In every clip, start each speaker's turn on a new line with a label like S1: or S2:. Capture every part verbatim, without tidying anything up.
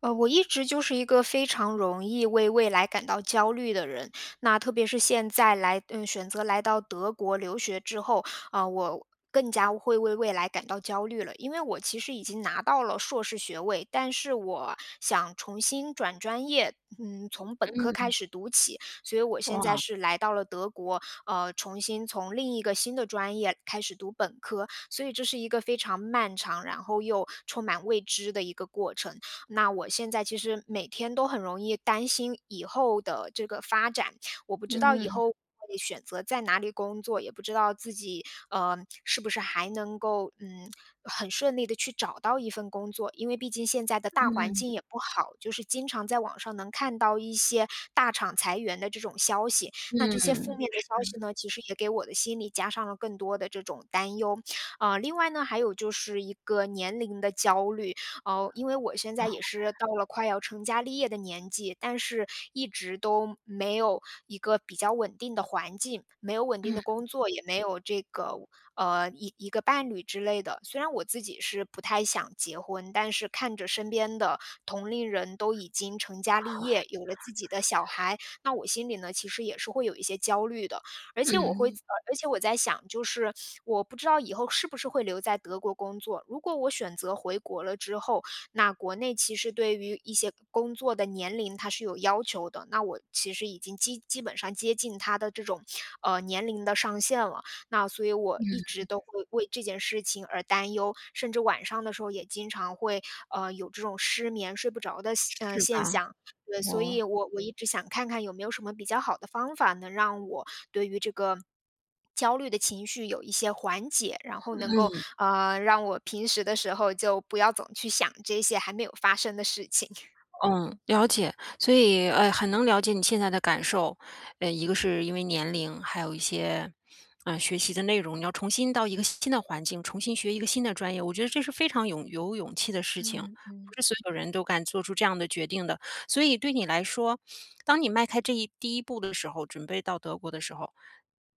S1: 呃，我一直就是一个非常容易为未来感到焦虑的人，那特别是现在来，嗯，选择来到德国留学之后，啊、我更加会为未来感到焦虑了，因为我其实已经拿到了硕士学位，但是我想重新转专业，嗯，从本科
S2: 嗯，
S1: 开始读起，所以我现在
S2: 哇，
S1: 是来到了德国，呃，重新从另一个新的专业开始读本科，所以这是一个非常漫长，然后又充满未知的一个过程。那我现在其实每天都很容易担心以后的这个发展，我不知道以
S2: 嗯
S1: 后会选择在哪里工作，也不知道自己呃是不是还能够嗯很顺利的去找到一份工作，因为毕竟现在的大环
S2: 嗯
S1: 境也不好，就是经常在网上能看到一些大厂裁员的这种消息。那这些负
S2: 嗯，
S1: 面的消息呢，其实也给我的心里加上了更多的这种担忧。啊。另外呢，还有就是一个年龄的焦虑，哦，因为我现
S2: 啊，
S1: 在也是到了快要成家立业的年纪，但是一直都没有一个比较稳定的环境，没有稳定的
S2: 嗯
S1: 工作，也没有这个呃一一个伴侣之类的。虽然我自己是不太想结婚，但是看着身边的同龄人都已经成家立业，有了自己的小孩，那我心里呢其实也是会有一些焦虑的。而且我会
S2: 嗯
S1: 呃，而且我在想，就是我不知道以后是不是会留在德国工作。如果我选择回国了之后，那国内其实对于一些工作的年龄它是有要求的，那我其实已经基基本上接近它的这种，呃，年龄的上限了。那所以我
S2: 嗯，
S1: 一直都会为这件事情而担忧，甚至晚上的时候也经常会，呃，有这种失眠、睡不着的现呃，
S2: 是
S1: 现
S2: 吧？
S1: 象。对，所
S2: 我
S1: 以我我一直想看看有没有什么比较好的方法，能让我对于这个焦虑的情绪有一些缓解，然后能够呃让我平时的时候就不要总去想这些还没有发生的事情。
S2: 嗯，了解，所以，呃，很能了解你现在的感受，呃，一个是因为年龄，还有一些，呃，学习的内容，你要重新到一个新的环境，重新学一个新的专业，我觉得这是非常勇有勇气的事情，
S1: 嗯
S2: 不
S1: 嗯。
S2: 是所有人都敢做出这样的决定的。所以对你来说，当你迈开这一第一步的时候，准备到德国的时候，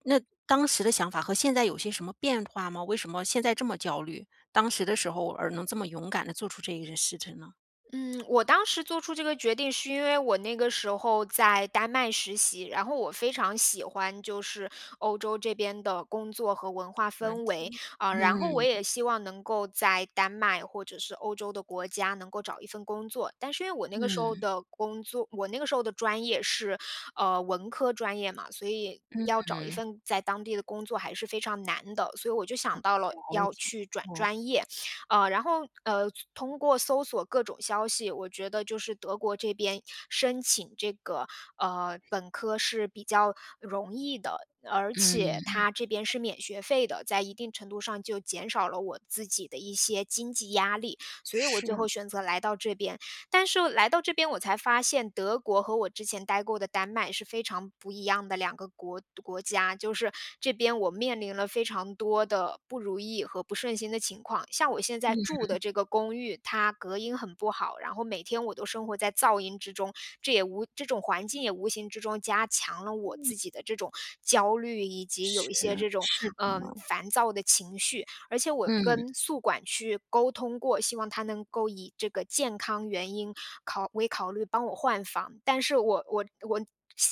S2: 那当时的想法和现在有些什么变化吗？为什么现在这么焦虑？当时的时候而能这么勇敢的做出这一件事情呢？
S1: 嗯，我当时做出这个决定是因为我那个时候在丹麦实习，然后我非常喜欢就是欧洲这边的工作和文化
S2: 蛮
S1: 氛围
S2: 挺
S1: 啊，然后我
S2: 嗯，
S1: 也希望能够在丹麦或者是欧洲的国家能够找一份工作，但是因为我那个时候
S2: 嗯
S1: 的工作，我那个时候的专业是呃文科专业嘛，所以。要找一
S2: 嗯，
S1: 份在当地的工作还是非常难的，所以我就想到了
S2: 了
S1: 要
S2: 解，
S1: 去转
S2: 哦，
S1: 专业。呃，然后呃，通过搜索各种消息，我觉得就是德国这边申请这个呃本科是比较容易的，而
S2: 嗯，
S1: 且它这边是免学费的，在一定程度上就减少了我自己的一些经济压力，所以我最
S2: 是
S1: 后选择来到这边。但是来到这边我才发现，德国和我之前待过的丹麦是非常不一样的两个国国家。就是这边我面临了非常多的不如意和不顺心的情况。像我现在住的这个公寓，它隔音很不好，然后每天我都生活在噪音之中，这也无这种环境也无形之中加强了我自己的这种焦虑，以及有一
S2: 是
S1: 些这种
S2: 是的，
S1: 嗯、烦躁的情绪。而且我
S2: 嗯
S1: 跟宿管去沟通过，希望他能够以这个健康原因考为考虑帮我换房，但是我我我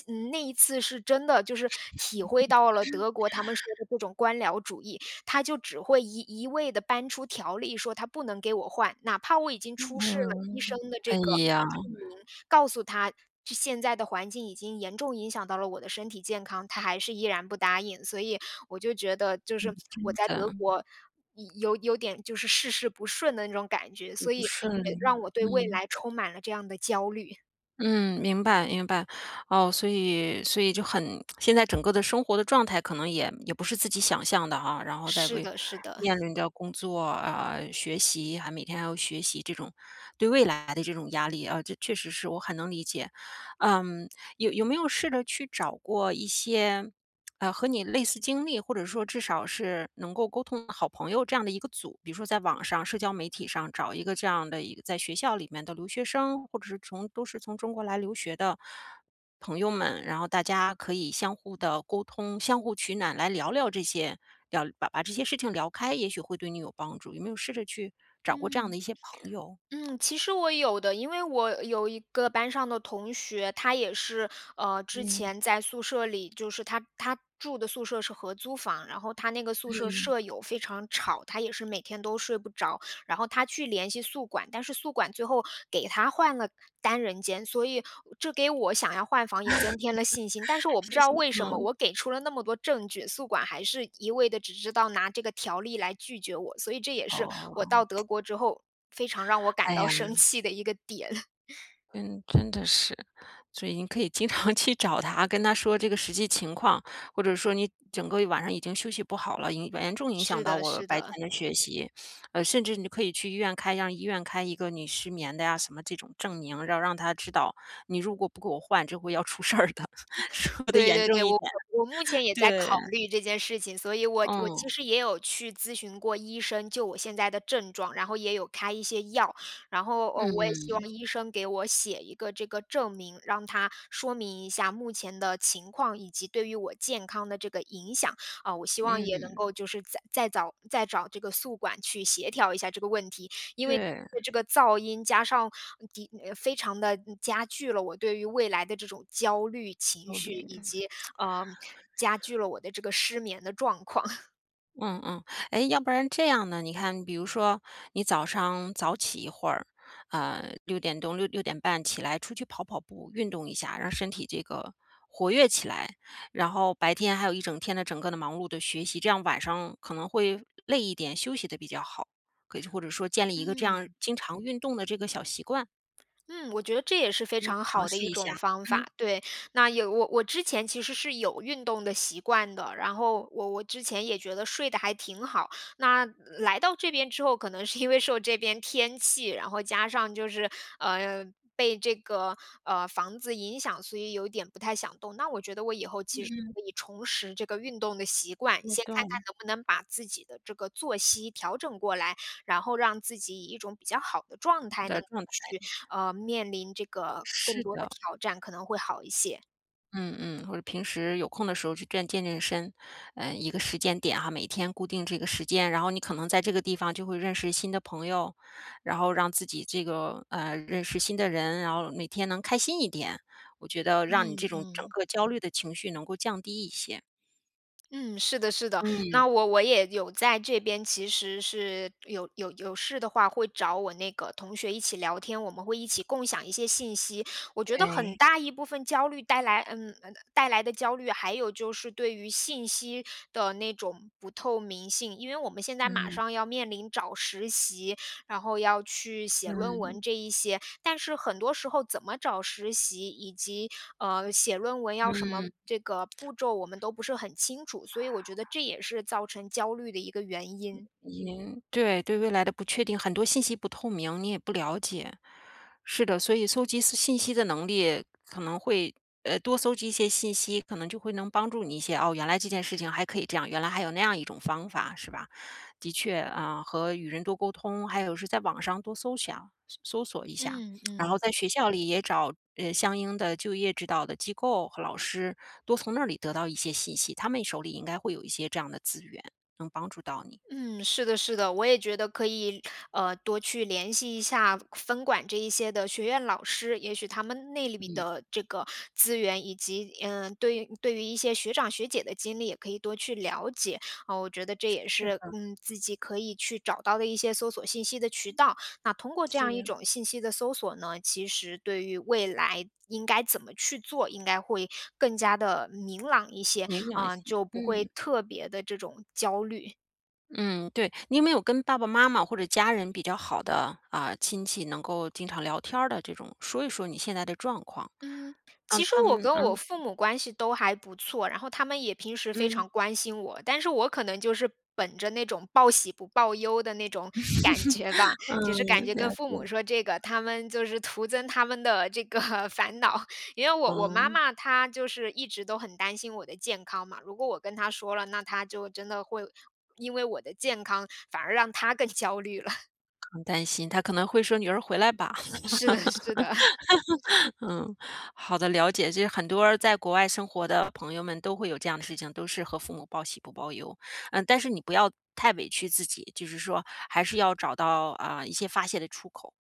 S1: 嗯，那一次是真的就是体会到了德国他们说的这种官僚主义，他就只会一一味的搬出条例说他不能给我换，哪怕我已经出示了医生
S2: 嗯，
S1: 的这
S2: 哎
S1: 个
S2: 呀，
S1: 证明，告诉他这现在的环境已经严重影响到了我的身体健康，他还是依然不答应。所以我就觉得就是
S2: 真
S1: 我在德
S2: 的，
S1: 国有有点就是事事不顺的那种感觉，
S2: 不
S1: 所以
S2: 顺利，
S1: 也让我对未
S2: 嗯。
S1: 来充满了这样的焦虑。
S2: 嗯，明白明白。哦，所以所以就很现在整个的生活的状态可能也也不是自己想象的啊，然后再
S1: 是
S2: 为
S1: 的是的。
S2: 面临着工作啊、学习，还每天还要学习这种对未来的这种压力啊，这确实是我很能理解。嗯，有有没有试着去找过一些呃，和你类似经历，或者说至少是能够沟通的好朋友这样的一个组，比如说在网上、社交媒体上找一个这样的一个在学校里面的留学生，或者是从都是从中国来留学的朋友们，然后大家可以相互的沟通、相互取暖，来聊聊这些，聊把把这些事情聊开，也许会对你有帮助。有没有试着去找过这样
S1: 嗯。
S2: 的一些朋友？
S1: 嗯，其实我有的，因为我有一个班上的同学，他也是，呃，之
S2: 嗯
S1: 前在宿舍里，就是他他住的宿舍是合租房，然后他那个宿舍
S2: 嗯，
S1: 舍友非常吵，他也是每天都睡不着。然后他去联系宿管，但是宿管最后给他换了单人间，所以这给我想要换房也增添了信心。但是我不知
S2: 谢
S1: 道
S2: 谢，
S1: 为什么，
S2: 嗯。
S1: 我给出了那么多证据，宿管还是一味的只知道拿这个条例来拒绝我，所以这也是我
S2: 哦，
S1: 到德国之后非常让我感
S2: 哎
S1: 到
S2: 呀。
S1: 生气的一个点。
S2: 嗯，真的是，所以你可以经常 去找他，跟他说这个实际情况，或者说你整个晚上已经休息不好了，影严重影
S1: 是
S2: 响到
S1: 的，
S2: 我
S1: 是
S2: 白天
S1: 的。
S2: 的学习，呃，甚至你可以去医院开，让医院开一个你失眠的呀什么这种证明，要让他知道，你如果不给我换，这回要出事儿的，说的
S1: 对
S2: 严
S1: 对
S2: 重
S1: 对，
S2: 一
S1: 我
S2: 点，
S1: 我我目前也在
S2: 对，
S1: 考虑这件事情，所以我我
S2: 嗯，
S1: 其实也有去咨询过医生，就我现在的症状，然后也有开一些药，然后呃，我也希望
S2: 嗯
S1: 医生给我写一个这个证明，让他说明一下目前的情况以及对于我健康的这个影响啊、我希望也能
S2: 嗯，
S1: 够就是再再找再找这个宿管去协调一下这个问题。因为
S2: 对，
S1: 这个噪音加上的呃非常的加剧了我对于未来的这种焦虑情
S2: 焦
S1: 绪，
S2: 虑。
S1: 以及，呃，嗯加剧了我的这个失眠的状况。
S2: 嗯嗯，哎，要不然这样呢？你看，比如说你早上早起一会儿，呃，六点钟、六六点半起来出去跑跑步，运动一下，让身体这个活跃起来。然后白天还有一整天的整个的忙碌的学习，这样晚上可能会累一点，休息的比较好。可以或者说建立一个这样
S1: 嗯。
S2: 经常运动的这个小习惯，
S1: 嗯，我觉得这也是非常
S2: 尝
S1: 好的
S2: 试
S1: 一
S2: 一下。
S1: 种方法。
S2: 嗯，
S1: 对，那有我我之前其实是有运动的习惯的，然后我我之前也觉得睡得还挺好。那来到这边之后，可能是因为受这边天气，然后加上就是呃被这个呃房子影响，所以有点不太想动。那我觉得我以后其实。可以重拾这个运动的习惯，
S2: 运
S1: 先看看
S2: 动
S1: 能不能把自己的这个作息调整过来，然后让自己以一种比较好的状态能
S2: 的
S1: 够
S2: 状态，
S1: 去，呃，面临这个更
S2: 是
S1: 多的
S2: 的。
S1: 挑战，可能会好一些。
S2: 嗯嗯，或者平时有空的时候去健健健身，嗯，一个时间点哈，每天固定这个时间，然后你可能在这个地方就会认识新的朋友，然后让自己这个呃认识新的人，然后每天能开心一点，我觉得让你
S1: 嗯
S2: 这种整
S1: 嗯。
S2: 个焦虑的情绪能够降低一些。
S1: 嗯，是的，是的。
S2: 嗯，
S1: 那我我也有在这边，其实是有有有事的话，会找我那个同学一起聊天，我们会一起共享一些信息。我觉得很
S2: 对，
S1: 大一部分焦虑带来，嗯，呃带来的焦虑，还有就是对于信息的那种不透明性，因为我们现在马
S2: 嗯
S1: 上要面临找实习，然后要去写论文
S2: 嗯
S1: 这一些，但是很多时候怎么找实习，以及呃写论文要什么
S2: 嗯。
S1: 这个步骤，我们都不是很清楚，所以我觉得这也是造成焦虑的一个原因。
S2: 也对，对未来的不确定，很多信息不透明，你也不了解。是的，所以搜集信信息的能力可能会呃，多搜集一些信息，可能就会能帮助你一些，哦，原来这件事情还可以这样，原来还有那样一种方法，是吧？的确啊，和与人多沟通，还有是在网上多搜想搜索一下，
S1: 嗯
S2: 然后
S1: 嗯。
S2: 在学校里也找呃相应的就业指导的机构和老师，多从那里得到一些信息，他们手里应该会有一些这样的资源，能帮助到你。
S1: 嗯，是的，是的，我也觉得可以，呃，多去联系一下分管这一些的学院老师，也许他们那里
S2: 嗯。
S1: 的这个资源，以及嗯、呃对于对于一些学长学姐的经历，也可以多去了解啊、我觉得这也
S2: 是
S1: 是
S2: 的，
S1: 嗯自己可以去找到的一些搜索信息的渠道。那通过这
S2: 是，
S1: 样一种信息的搜索呢，其实对于未来。应该怎么去做，应该会更加的明朗一些
S2: 影响一
S1: 啊、
S2: 些，
S1: 就不会
S2: 嗯，
S1: 特别的这种焦虑。
S2: 嗯，对。你有没有跟爸爸妈妈或者家人比较好的，啊，亲戚能够经常聊天儿的这种，说一说你现在的状况，
S1: 嗯，其
S2: 让
S1: 实
S2: 他
S1: 我
S2: 们
S1: 跟我
S2: 嗯，
S1: 父母关系都还不错，然后他们也平时非
S2: 嗯，
S1: 常关心我，但是我可能就是本着那种报喜不报忧的那种感觉吧，就是感
S2: 嗯，
S1: 觉跟
S2: 了
S1: 父母
S2: 解。
S1: 说这个，他们就是徒增他们的这个 烦恼。因为我我妈
S2: 哦，
S1: 妈她就是一直都很担心我的健康嘛，如果我跟她说了，那她就真的会因为我的健康反而让她更 焦虑了。
S2: 很担心，他可能会说：“女儿回来吧。”
S1: 是的，是的，
S2: 嗯，好的，了解。就是很多在国外生活的朋友们都会有这样的事情，都是和父母报喜不报忧。嗯，但是你不要太委屈自己，就是说还是要找到啊、一些发泄的出口，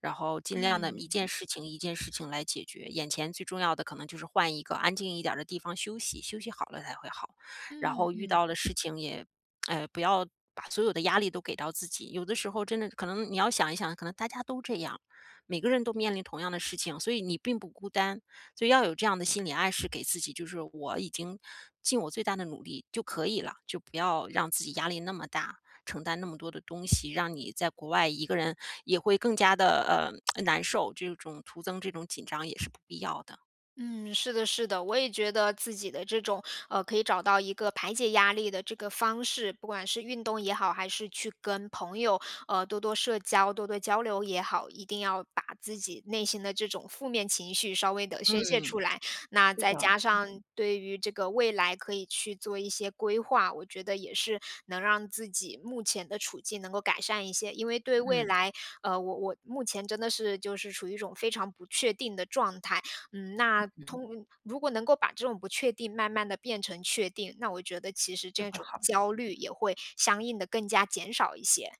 S2: 然后尽量的一
S1: 嗯
S2: 件事情一件事情来解决。眼前最重要的可能就是换一个安静一点儿的地方休息，休息好了才会好。然
S1: 嗯
S2: 后遇
S1: 嗯。
S2: 到了事情也，呃，不要把所有的压力都给到自己，有的时候真的可能你要想一想，可能大家都这样，每个人都面临同样的事情，所以你并不孤单，所以要有这样的心理暗示给自己，就是我已经尽我最大的努力就可以了，就不要让自己压力那么大，承担那么多的东西，让你在国外一个人也会更加的呃难受，这种徒增这种紧张也是不必要的。
S1: 嗯，是的，是的，我也觉得自己的这种呃，可以找到一个排解压力的这个方式，不管是运动也好，还是去跟朋友呃多多社交、多多交流也好，一定要把自己内心的这种负面情绪稍微的宣泄
S2: 嗯，
S1: 出来。那
S2: 是
S1: 再
S2: 的，
S1: 加上对于这个未来可以去做一些规划，我觉得也是能让自己目前的处境能够改善一些，因为对未
S2: 嗯
S1: 来，呃，我我目前真的是就是处于一种非常不确定的状态。嗯，那
S2: 嗯，
S1: 通嗯如果能够把这种不确定慢慢的变成确定，那我觉得其实
S2: 就
S1: 这
S2: 会
S1: 种
S2: 好一
S1: 焦
S2: 些。
S1: 虑也会相应的更加减少一些。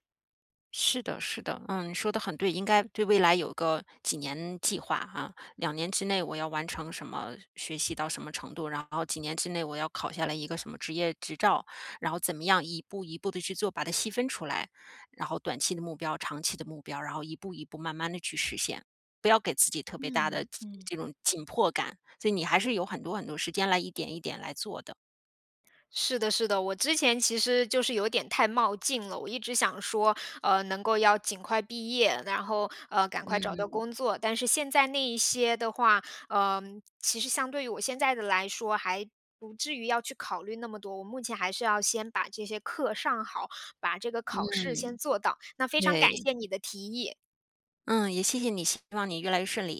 S2: 是的，是的，嗯，你说的很对，应该对未来有个几年计划啊两年之内我要完成什么学习到什么程度，然后几年之内我要考下来一个什么职业执照，然后怎么样一步一步的去做，把它细分出来，然后短期的目标、长期的目标，然后一步一步慢慢的去实现，不要给自己特别大的
S1: 嗯嗯。
S2: 这种紧迫感，所以你还是有很多很多时间来一点一点来做的，
S1: 是的，是的，我之前其实就是有点太冒进了，我一直想说，呃，能够要尽快毕业，然后呃，赶快找到
S2: 嗯，
S1: 工作。但是现在那一些的话，呃，其实相对于我现在的来说，还不至于要去考虑那么多。我目前还是要先把这些课上好，把这个考试先做到。那非常感
S2: 对，
S1: 谢你的提议。
S2: 嗯，也谢谢你，希望你越来越顺利。